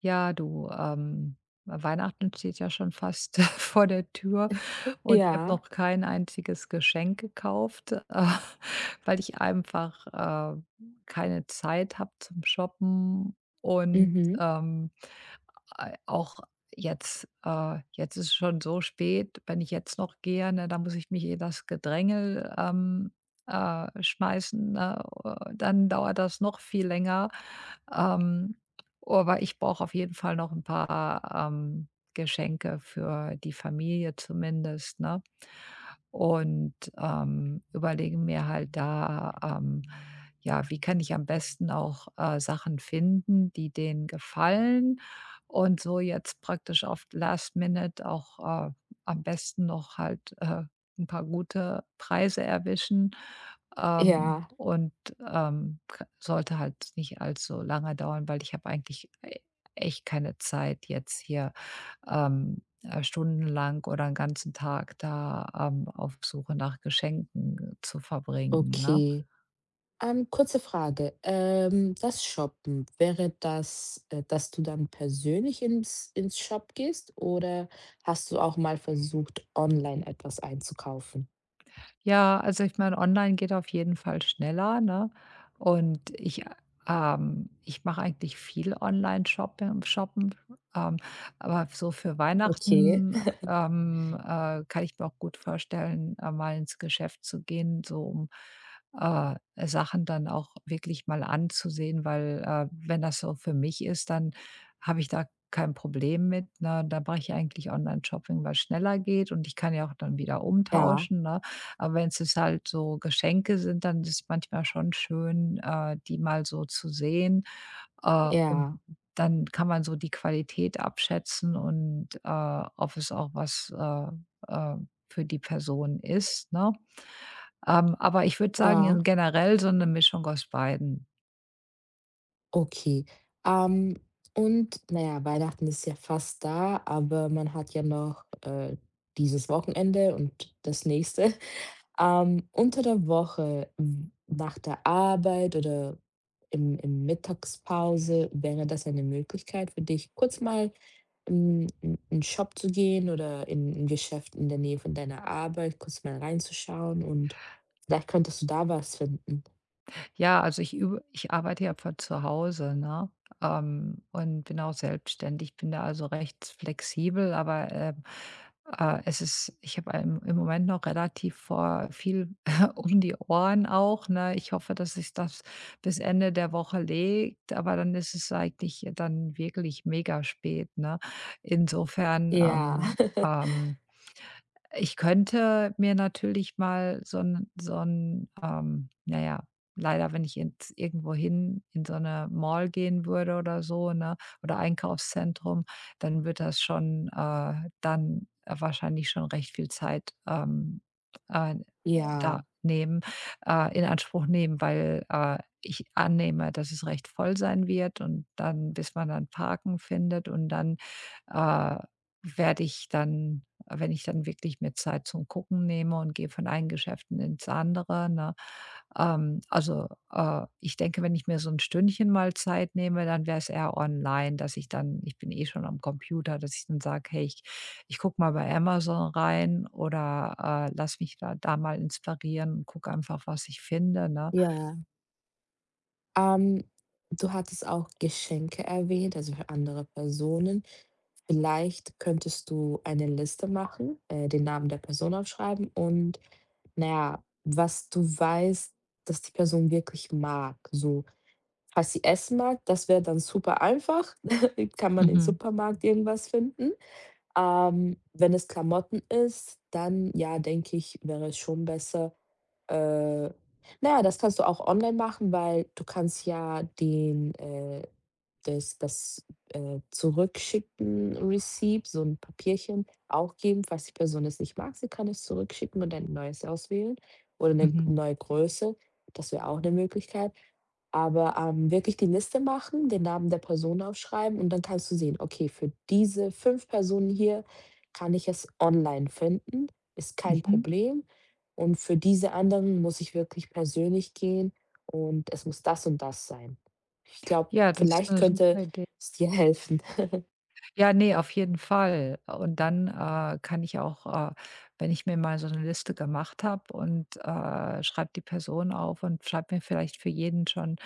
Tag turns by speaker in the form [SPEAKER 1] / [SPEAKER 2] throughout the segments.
[SPEAKER 1] Ja, du, Weihnachten steht ja schon fast vor der Tür und ich habe
[SPEAKER 2] Ja,
[SPEAKER 1] noch kein einziges Geschenk gekauft, weil ich einfach, äh, keine Zeit habe zum Shoppen und,
[SPEAKER 2] mhm,
[SPEAKER 1] ähm, ei auch jetzt jetzt ist es schon so spät, wenn ich jetzt noch gehe, ne, da muss ich mich in das Gedrängel, schmeißen, ne? Dann dauert das noch viel länger. Ähm, aber ich brauche auf jeden Fall noch ein paar, Geschenke für die Familie zumindest, ne? Und überlege mir halt da, ja, wie kann ich am besten auch, Sachen finden, die denen gefallen und so jetzt praktisch auf Last Minute auch, am besten noch halt, 'n paar gute Preise erwischen.
[SPEAKER 2] ja,
[SPEAKER 1] Und, k sollte halt nicht allzu lange dauern, weil ich habe eigentlich e echt keine Zeit, jetzt hier, stundenlang oder einen ganzen Tag da, auf Suche nach Geschenken zu verbringen, ne?
[SPEAKER 2] okay. Kurze Frage. Das Shoppen, wäre das, dass du dann persönlich ins Shop gehst oder hast du auch mal versucht, online etwas einzukaufen?
[SPEAKER 1] Ja, also ich meine, online geht auf jeden Fall schneller, ne? Und ich mache eigentlich viel Online-Shopping shoppen, ähm, aber so für
[SPEAKER 2] Okay.
[SPEAKER 1] Weihnachten, kann ich mir auch gut vorstellen, mal ins Geschäft zu gehen, so um, äh, Sachen dann auch wirklich mal anzusehen, weil, wenn das so für mich ist, dann habe ich da kein Problem mit, ne? Da mache ich eigentlich Online-Shopping, weil's schneller geht und ich kann ja auch dann wieder
[SPEAKER 2] Ja,
[SPEAKER 1] umtauschen, ne? Aber wenn's jetzt halt so Geschenke sind, dann ist es manchmal schon schön, die mal so zu sehen. Und
[SPEAKER 2] ja,
[SPEAKER 1] dann kann man so die Qualität abschätzen und, ob es auch was, äh, für die Person ist, ne? Aber ich würde sagen,
[SPEAKER 2] ja,
[SPEAKER 1] in generell so eine Mischung aus beiden.
[SPEAKER 2] okay. Ähm, und naja, Weihnachten ist ja fast da, aber man hat ja noch, dieses Wochenende und das nächste. Unter der Woche, w nach der Arbeit oder im Mittagspause, wäre das eine Möglichkeit für dich, kurz mal in Shop zu gehen oder in ein Geschäft in der Nähe von deiner Arbeit, kurz mal reinzuschauen und vielleicht könntest du da was finden.
[SPEAKER 1] Ja, also ich arbeite ja von zu Hause, ne? Und bin auch selbstständig, bin da also recht flexibel, aber, es ist ich habe im Moment noch relativ vor viel um die Ohren auch, ne? Ich hoffe, dass sich das bis Ende der Woche legt, aber dann ist es eigentlich dann wirklich mega spät, ne? Insofern,
[SPEAKER 2] Ja,
[SPEAKER 1] ähm ich könnte mir natürlich mal so ein, na ja, leider, wenn ich jetzt irgendwohin in so eine Mall gehen würde oder so, ne, oder Einkaufszentrum, dann wird das schon, dann wahrscheinlich schon recht viel Zeit, äh, da
[SPEAKER 2] ja,
[SPEAKER 1] nehmen, in Anspruch nehmen, weil, ich annehme, dass es recht voll sein wird und dann bis man dann Parken findet und dann, äh, werde ich dann wenn ich dann wirklich mir Zeit zum Gucken nehme und gehe von einem Geschäft ins andere, ne? Also, ich denke, wenn ich mir so ein Stündchen mal Zeit nehme, dann wäre es eher online, dass ich dann ich bin eh schon am Computer, dass ich dann sage: „Hey, ich gucke mal bei Amazon rein oder, lass mich da mal inspirieren und gucke einfach, was ich finde“, ne?
[SPEAKER 2] ja. Ähm, Du hattest auch Geschenke erwähnt, also für andere Personen. Vielleicht könntest du eine Liste machen, den Namen der Person aufschreiben und, na ja, was du weißt, dass die Person wirklich mag. So, was sie essen mag, das wäre dann super einfach. Kann man im
[SPEAKER 1] Mhm,
[SPEAKER 2] Supermarkt irgendwas finden. Wenn es Klamotten ist, dann ja, denke ich, wäre es schon besser, äh, na ja, das kannst du auch online machen, weil du kannst ja den, das Zurückschicken Receipt, so ein Papierchen auch geben. Falls die Person es nicht mag, sie kann es zurückschicken und ein neues auswählen oder eine
[SPEAKER 1] mhm,
[SPEAKER 2] neue Größe. Das wäre auch eine Möglichkeit. Aber, wirklich die Liste machen, den Namen der Person aufschreiben und dann kannst du sehen: „Okay, für diese 5 Personen hier kann ich es online finden, ist kein
[SPEAKER 1] mhm.
[SPEAKER 2] Problem“ und für diese anderen muss ich wirklich persönlich gehen und es muss das und das sein. Ich glaube,
[SPEAKER 1] Ja, das ist
[SPEAKER 2] vielleicht
[SPEAKER 1] eine
[SPEAKER 2] könnte
[SPEAKER 1] super Idee.
[SPEAKER 2] es dir helfen.
[SPEAKER 1] Ja, ne, auf jeden Fall. Und dann, kann ich auch, wenn ich mir mal so eine Liste gemacht habe und, schreibe die Person auf und schreibe mir vielleicht für jeden schon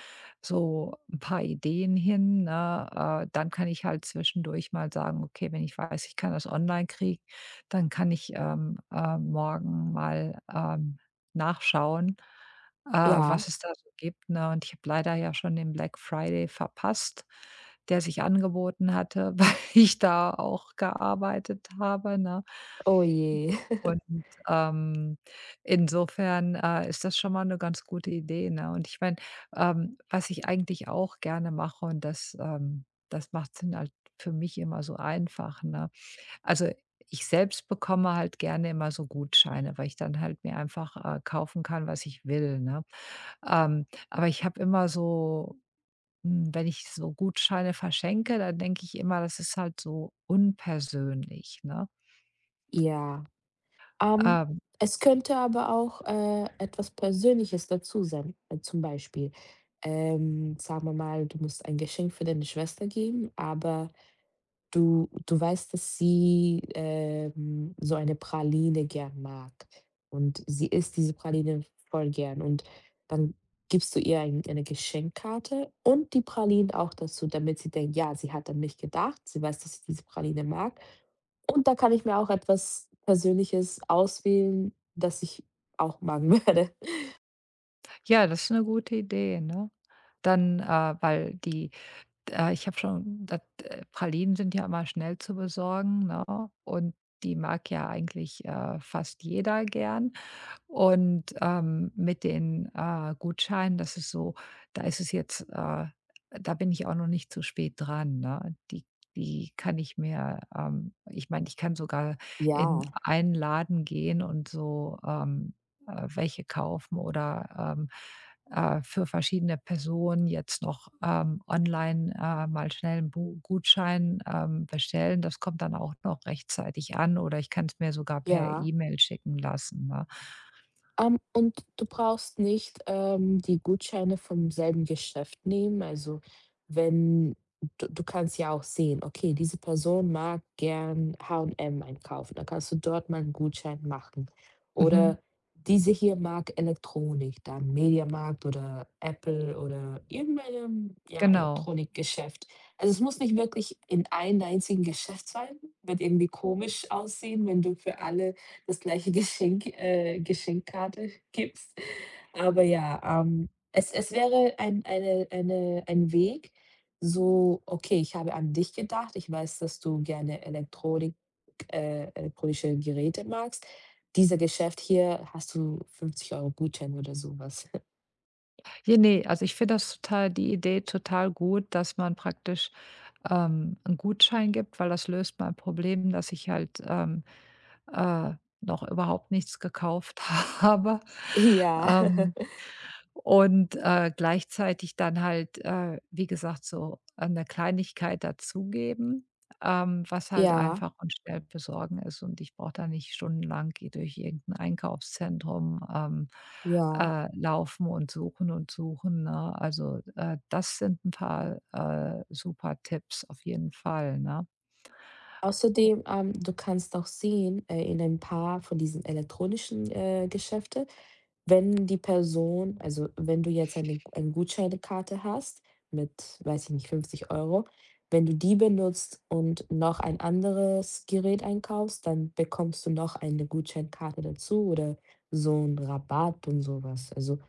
[SPEAKER 1] so ein paar Ideen hin, ne, dann kann ich halt zwischendurch mal sagen: „Okay, wenn ich weiß, ich kann das online kriegen, dann kann ich, morgen mal, nachschauen,
[SPEAKER 2] Ja,
[SPEAKER 1] was es da so gibt“, ne? Und ich habe leider ja schon den Black Friday verpasst, der sich angeboten hatte. ich da auch gearbeitet habe, ne?
[SPEAKER 2] oh je.
[SPEAKER 1] Und, ähm, insofern, ist das schon mal eine ganz gute Idee, ne? Und ich meine, was ich eigentlich auch gerne mache und das macht dann halt für mich immer so einfach, ne? Also, ich selbst bekomme halt gerne immer so Gutscheine, weil ich dann halt mir einfach, kaufen kann, was ich will, ne? Aber ich habe immer so wenn ich so Gutscheine verschenke, dann denke ich immer, das ist halt so unpersönlich, ne?
[SPEAKER 2] Ja, ähm,
[SPEAKER 1] Ähm,
[SPEAKER 2] es könnte aber auch, etwas Persönliches dazu sein. Zum Beispiel, sagen wir mal, du musst ein Geschenk für deine Schwester geben, aber du weißt, dass sie, so eine Praline gern mag und sie isst diese Praline voll gern und dann gibst du ihr eine Geschenkkarte und die Pralinen auch dazu, damit sie denkt: „Ja, sie hat an mich gedacht. Sie weiß, dass ich diese Praline mag und da kann ich mir auch etwas Persönliches auswählen, das ich auch mag werde.“
[SPEAKER 1] ja, das ist eine gute Idee, ne? Dann, weil die ich habe schon dat Pralinen sind ja immer schnell zu besorgen, ne? Und die mag ja eigentlich, fast jeder gern. Und, mit den, Gutscheinen, das ist so da ist es jetzt, da bin ich auch noch nicht zu spät dran, ne? Die kann ich mir, ich meine, ich kann sogar in
[SPEAKER 2] Ja,
[SPEAKER 1] einen Laden gehen und so, welche kaufen oder, für verschiedene Personen jetzt noch, online, mal schnell einen Bu Gutschein, bestellen. Das kommt dann auch noch rechtzeitig an oder ich kann es mir sogar per
[SPEAKER 2] ja.
[SPEAKER 1] E-Mail schicken lassen, ne?
[SPEAKER 2] Und du brauchst nicht, die Gutscheine vom selben Geschäft nehmen. Also, wenn du kannst ja auch sehen: „Okay, diese Person mag gern H&M einkaufen.“ Dann kannst du dort mal einen Gutschein machen.
[SPEAKER 1] Mhm,
[SPEAKER 2] Oder: „Diese hier mag Elektronik.“ Dann Mediamarkt oder Apple oder irgendeinem, ja,
[SPEAKER 1] genau.
[SPEAKER 2] Elektronikgeschäft. Also, es muss nicht wirklich in einem einzigen Geschäft sein. Wird irgendwie komisch aussehen, wenn du für alle das gleiche Geschenk Geschenkkarte gibst. Aber ja, es wäre ein eine ein Weg, so: „Okay, ich habe an dich gedacht. Ich weiß, dass du gerne Elektronik elektronische Geräte magst. Dieser Geschäft hier hast du 50 Euro Gutschein“ oder sowas.
[SPEAKER 1] Ja, ne, also ich finde das total die Idee total gut, dass man praktisch, 'n Gutschein gibt, weil das löst mein Problem, dass ich halt, äh, noch überhaupt nichts gekauft habe.
[SPEAKER 2] Ja.
[SPEAKER 1] Ähm Und, gleichzeitig dann halt, wie gesagt, so, eine Kleinigkeit dazugeben, was halt
[SPEAKER 2] Ja,
[SPEAKER 1] einfach und schnell besorgen ist. Und ich brauche da nicht stundenlang i durch irgendein Einkaufszentrum,
[SPEAKER 2] ja.
[SPEAKER 1] laufen und suchen, ne? Also, das sind ein paar, super Tipps auf jeden Fall, ne?
[SPEAKER 2] Außerdem, du kannst auch sehen, in ein paar von diesen elektronischen, Geschäfte. Wenn die Person, also, wenn du jetzt eine Gutscheinkarte hast mit, weiß ich nicht, 50 Euro, wenn du die benutzt und noch ein anderes Gerät einkaufst, dann bekommst du noch eine Gutscheinkarte dazu oder so einen Rabatt und sowas. Also,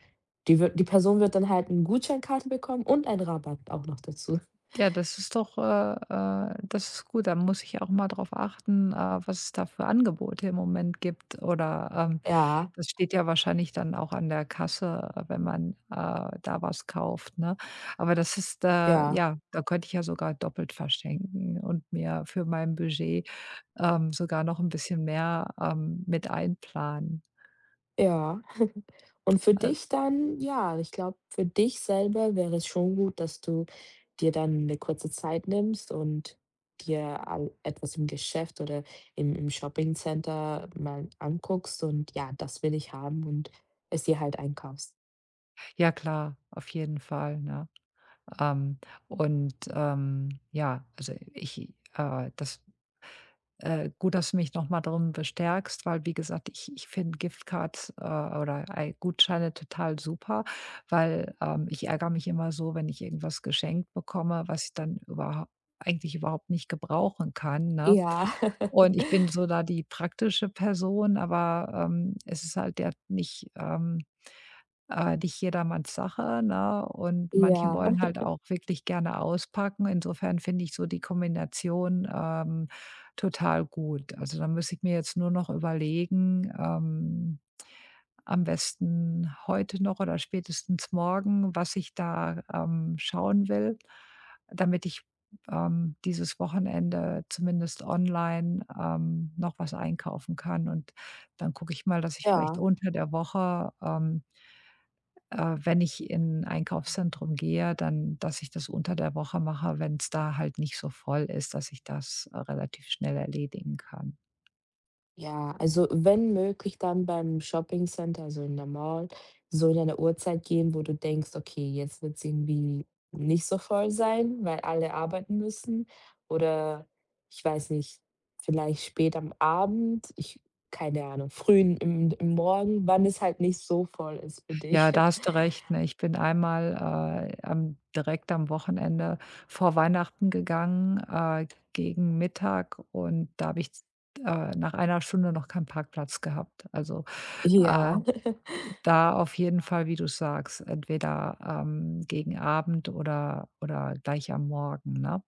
[SPEAKER 2] die wird die Person wird dann halt eine Gutscheinkarte bekommen und einen Rabatt auch noch dazu.
[SPEAKER 1] Ja, das ist gut. Da muss ich auch mal drauf achten, was es da für Angebote im Moment gibt. Oder,
[SPEAKER 2] Ja,
[SPEAKER 1] das steht ja wahrscheinlich dann auch an der Kasse, wenn man, da was kauft, ne? Aber das ist,
[SPEAKER 2] ja.
[SPEAKER 1] ja, da könnte ich ja sogar doppelt verschenken und mir für mein Budget, sogar noch ein bisschen mehr, mit einplanen.
[SPEAKER 2] Ja. Und für
[SPEAKER 1] Äh,
[SPEAKER 2] dich dann ja, ich glaube, für dich selber wäre es schon gut, dass du dir dann eine kurze Zeit nimmst und dir all etwas im Geschäft oder im Shoppingcenter mal anguckst und: „Ja, das will ich haben“ und es dir halt einkaufst.
[SPEAKER 1] ja klar, auf jeden Fall, ne? Ähm, und ja, also ich, das gut, dass du mich noch mal darum bestärkst, weil wie gesagt, ich finde Giftcards, oder ei Gutscheine total super, weil, ich ärgere mich immer so, wenn ich irgendwas geschenkt bekomme, was ich dann überhaupt eigentlich überhaupt nicht gebrauchen kann, ne?
[SPEAKER 2] Ja,
[SPEAKER 1] Und ich bin so da die praktische Person, aber, es ist halt der nicht, nicht jedermanns Sache, ne? Und manche
[SPEAKER 2] ja,
[SPEAKER 1] wollen halt auch wirklich gerne auspacken. Insofern finde ich so die Kombination, total gut. Also, da muss ich mir jetzt nur noch überlegen, am besten heute noch oder spätestens morgen, was ich da, schauen will, damit ich, dieses Wochenende zumindest online, noch was einkaufen kann. Und dann gucke ich mal, dass ich vielleicht
[SPEAKER 2] ja.
[SPEAKER 1] unter der Woche, wenn ich in ein Einkaufszentrum gehe, dann dass ich das unter der Woche mache, wenn es da halt nicht so voll ist, dass ich das, relativ schnell erledigen kann.
[SPEAKER 2] Ja, also wenn möglich, dann beim Shoppingcenter, also in der Mall, so in eine Uhrzeit gehen, wo du denkst: „Okay, jetzt wird's irgendwie nicht so voll sein, weil alle arbeiten müssen.“ Oder ich weiß nicht, vielleicht spät am Abend, ich keine Ahnung, früh im Morgen, wann es halt nicht so voll ist für
[SPEAKER 1] Ja,
[SPEAKER 2] dich.
[SPEAKER 1] da hast du recht, ne? Ich bin einmal, am direkt am Wochenende vor Weihnachten gegangen, gegen Mittag und da habe ich nach einer Stunde noch keinen Parkplatz gehabt. Also, äh,
[SPEAKER 2] Ja,
[SPEAKER 1] da auf jeden Fall, wie du sagst, entweder, gegen Abend oder gleich am Morgen, ne?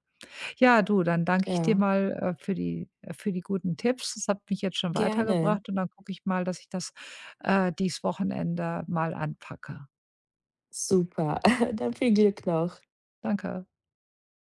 [SPEAKER 1] Ja, du, dann danke ich dir
[SPEAKER 2] ja,
[SPEAKER 1] mal, für die guten Tipps. Das hat mich jetzt schon
[SPEAKER 2] gerne.
[SPEAKER 1] weitergebracht und dann gucke ich mal, dass ich das, dies Wochenende mal anpacke.
[SPEAKER 2] Super, dann viel Glück noch.
[SPEAKER 1] Danke.